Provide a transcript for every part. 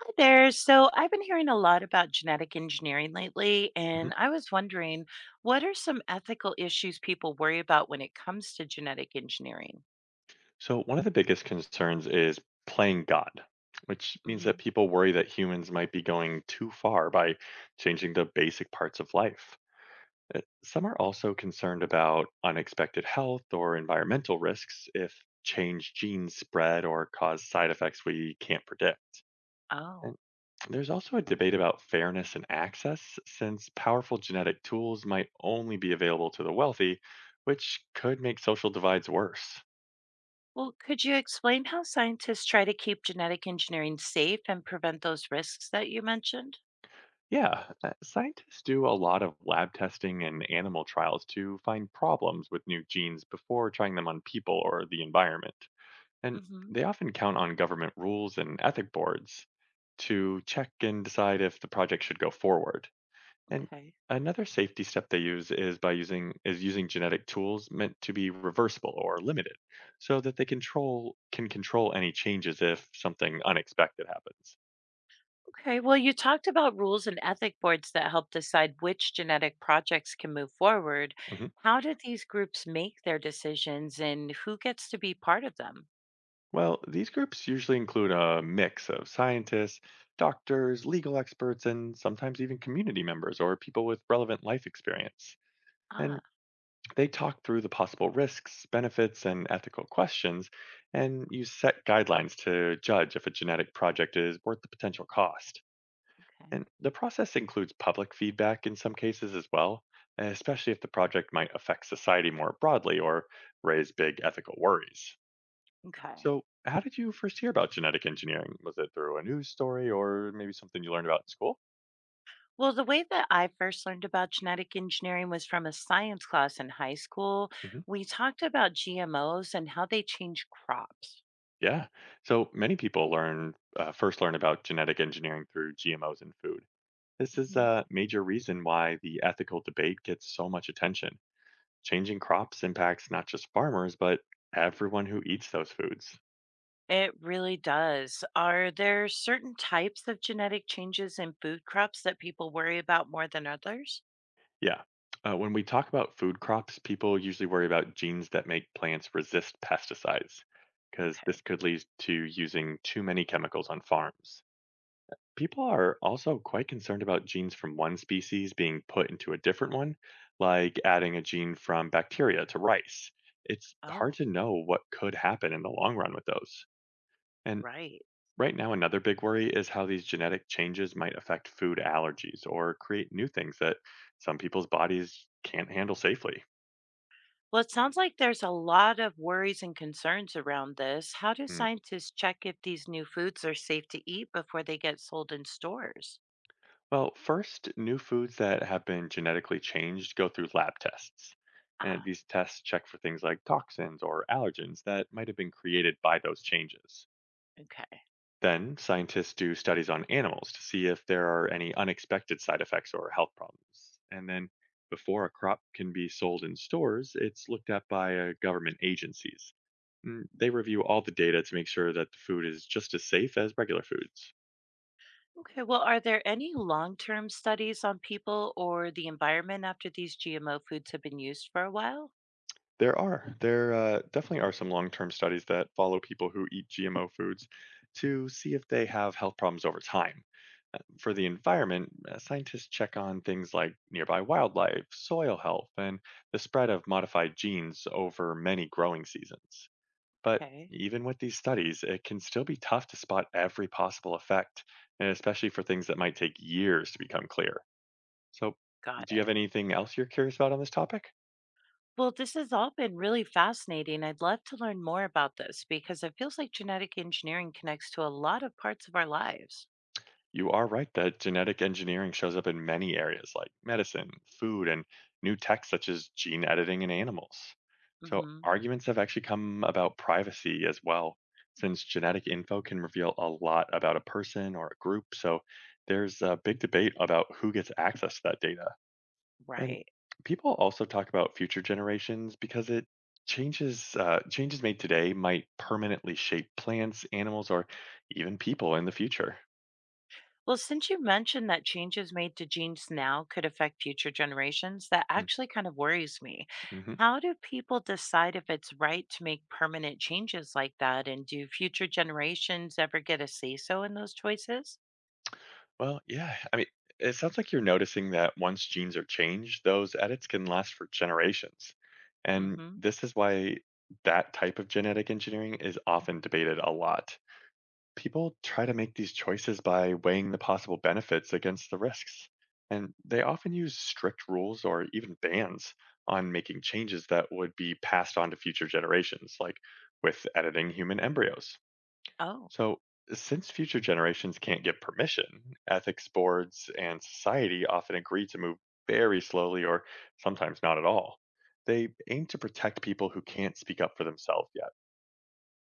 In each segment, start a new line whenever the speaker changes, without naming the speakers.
Hi there. So I've been hearing a lot about genetic engineering lately,
Mhm.
and I was wondering, what are some ethical issues people worry about when it comes to genetic engineering?
So, one of the biggest concerns is playing God, which means
Hmm.
that people worry that humans might be going too far by changing the basic parts of life. Some are also concerned about unexpected health or environmental risks if changed genes spread or cause side effects we can't predict.
Oh,
And there's also a debate about fairness and access, since powerful genetic tools might only be available to the wealthy, which could make social divides worse.
well, could you explain how scientists try to keep genetic engineering safe and prevent those risks that you mentioned?
Yeah, scientists do a lot of lab testing and animal trials to find problems with new genes before trying them on people or the environment. And
Hmm.
they often count on government rules and ethic boards to check and decide if the project should go forward. And
Okay.
another safety step they use is by using is using genetic tools meant to be reversible or limited, so that they control can control any changes if something unexpected happens.
Okay, well, you talked about rules and ethic boards that help decide which genetic projects can move forward.
Mhm.
How do these groups make their decisions and who gets to be part of them?
Well, these groups usually include a mix of scientists, doctors, legal experts, and sometimes even community members or people with relevant life experience. And
Ah,
they talk through the possible risks, benefits, and ethical questions, and use set guidelines to judge if a genetic project is worth the potential cost.
okay.
And the process includes public feedback in some cases as well, especially if the project might affect society more broadly or raise big ethical worries.
Okay.
So, how did you first hear about genetic engineering? Was it through a news story or maybe something you learned about in school?
Well, the way that I first learned about genetic engineering was from a science class in high school.
Hmm
We talked about GMOs and how they change crops.
Yeah. So many people learn first learn about genetic engineering through GMOs in food. This is
Hmm.
a major reason why the ethical debate gets so much attention. Changing crops impacts not just farmers, but everyone who eats those foods.
It really does. Are there certain types of genetic changes in food crops that people worry about more than others?
Yeah. When we talk about food crops, people usually worry about genes that make plants resist pesticides, because this
Okay.
could lead to using too many chemicals on farms. People are also quite concerned about genes from one species being put into a different one, like adding a gene from bacteria to rice. It's hard
Oh,
to know what could happen in the long run with those. And
right.
right now, another big worry is how these genetic changes might affect food allergies or create new things that some people's bodies can't handle safely.
Well, it sounds like there's a lot of worries and concerns around this. How do
Hmm.
scientists check if these new foods are safe to eat before they get sold in stores?
Well, first, new foods that have been genetically changed go through lab tests. And these tests check for things like toxins or allergens that might have been created by those changes.
Okay.
Then, scientists do studies on animals to see if there are any unexpected side effects or health problems. And then, before a crop can be sold in stores, it's looked at by government agencies. They review all the data to make sure that the food is just as safe as regular foods.
Okay. Well, are there any long term studies on people or the environment after these GMO foods have been used for a while?
There are. There definitely are some long term studies that follow people who eat GMO foods to see if they have health problems over time. For
Okay.
the environment, scientists check on things like nearby wildlife, soil health, and the spread of modified genes over many growing seasons. But
Okay.
even with these studies, it can still be tough to spot every possible effect, and especially for things that might take years to become clear. So,
Got
do you
it.
have anything else you're curious about on this topic?
Well, this has all been really fascinating. I'd love to learn more about this because it feels like genetic engineering connects to a lot of parts of our lives.
You are right that genetic engineering shows up in many areas like medicine, food, and new tech such as gene editing in animals. So,
Hmm.
arguments have actually come about privacy as well, since genetic info can reveal a lot about a person or a group. So, there's a big debate about who gets access to that data. And
Right.
people also talk about future generations because it changes made today might permanently shape plants, animals, or even people in the future.
Well, since you mentioned that changes made to genes now could affect future generations, that actually kind of worries me.
Mm-hmm.
How do people decide if it's right to make permanent changes like that? And do future generations ever get a say so in those choices?
Well, yeah. I mean, it sounds like you're noticing that once genes are changed, those edits can last for generations. And
Hmm.
this is why that type of genetic engineering is often debated a lot. People try to make these choices by weighing the possible benefits against the risks. And they often use strict rules or even bans on making changes that would be passed on to future generations, like with editing human embryos.
Oh.
So, since future generations can't get permission, ethics boards and society often agree to move very slowly or sometimes not at all. They aim to protect people who can't speak up for themselves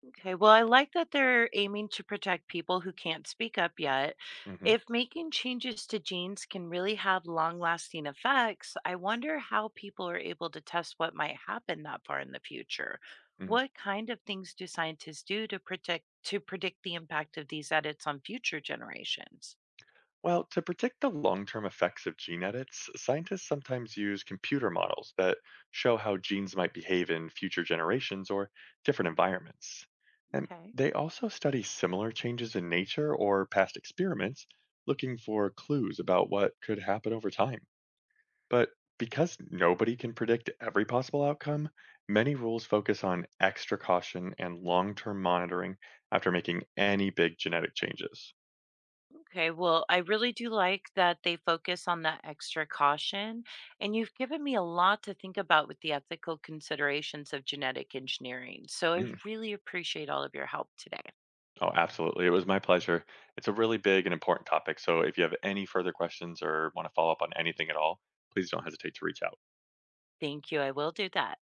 Okay, well, I like that they're aiming to protect people who can't speak up yet.
yet.
If making changes to genes can really have long lasting effects, I wonder how people are able to test what might happen that far in the future.
Hmm
What kind of things do scientists do to predict the impact of these edits on future generations?
Well, to predict the long term effects of gene edits, scientists sometimes use computer models that show how genes might behave in future generations or different environments. And
Okay.
they also study similar changes in nature or past experiments, looking for clues about what could happen over time. But because nobody can predict every possible outcome, many rules focus on extra caution and long term monitoring after making any big genetic changes.
Okay, well, I really do like that they focus on that extra caution, and you've given me a lot to think about with the ethical considerations of genetic engineering. So I
Hmm.
really appreciate all of your help today.
Oh, absolutely. It was my pleasure. It's a really big and important topic. So if you have any further questions or want to follow up on anything at all, please don't hesitate to reach out.
Thank you. I will do that.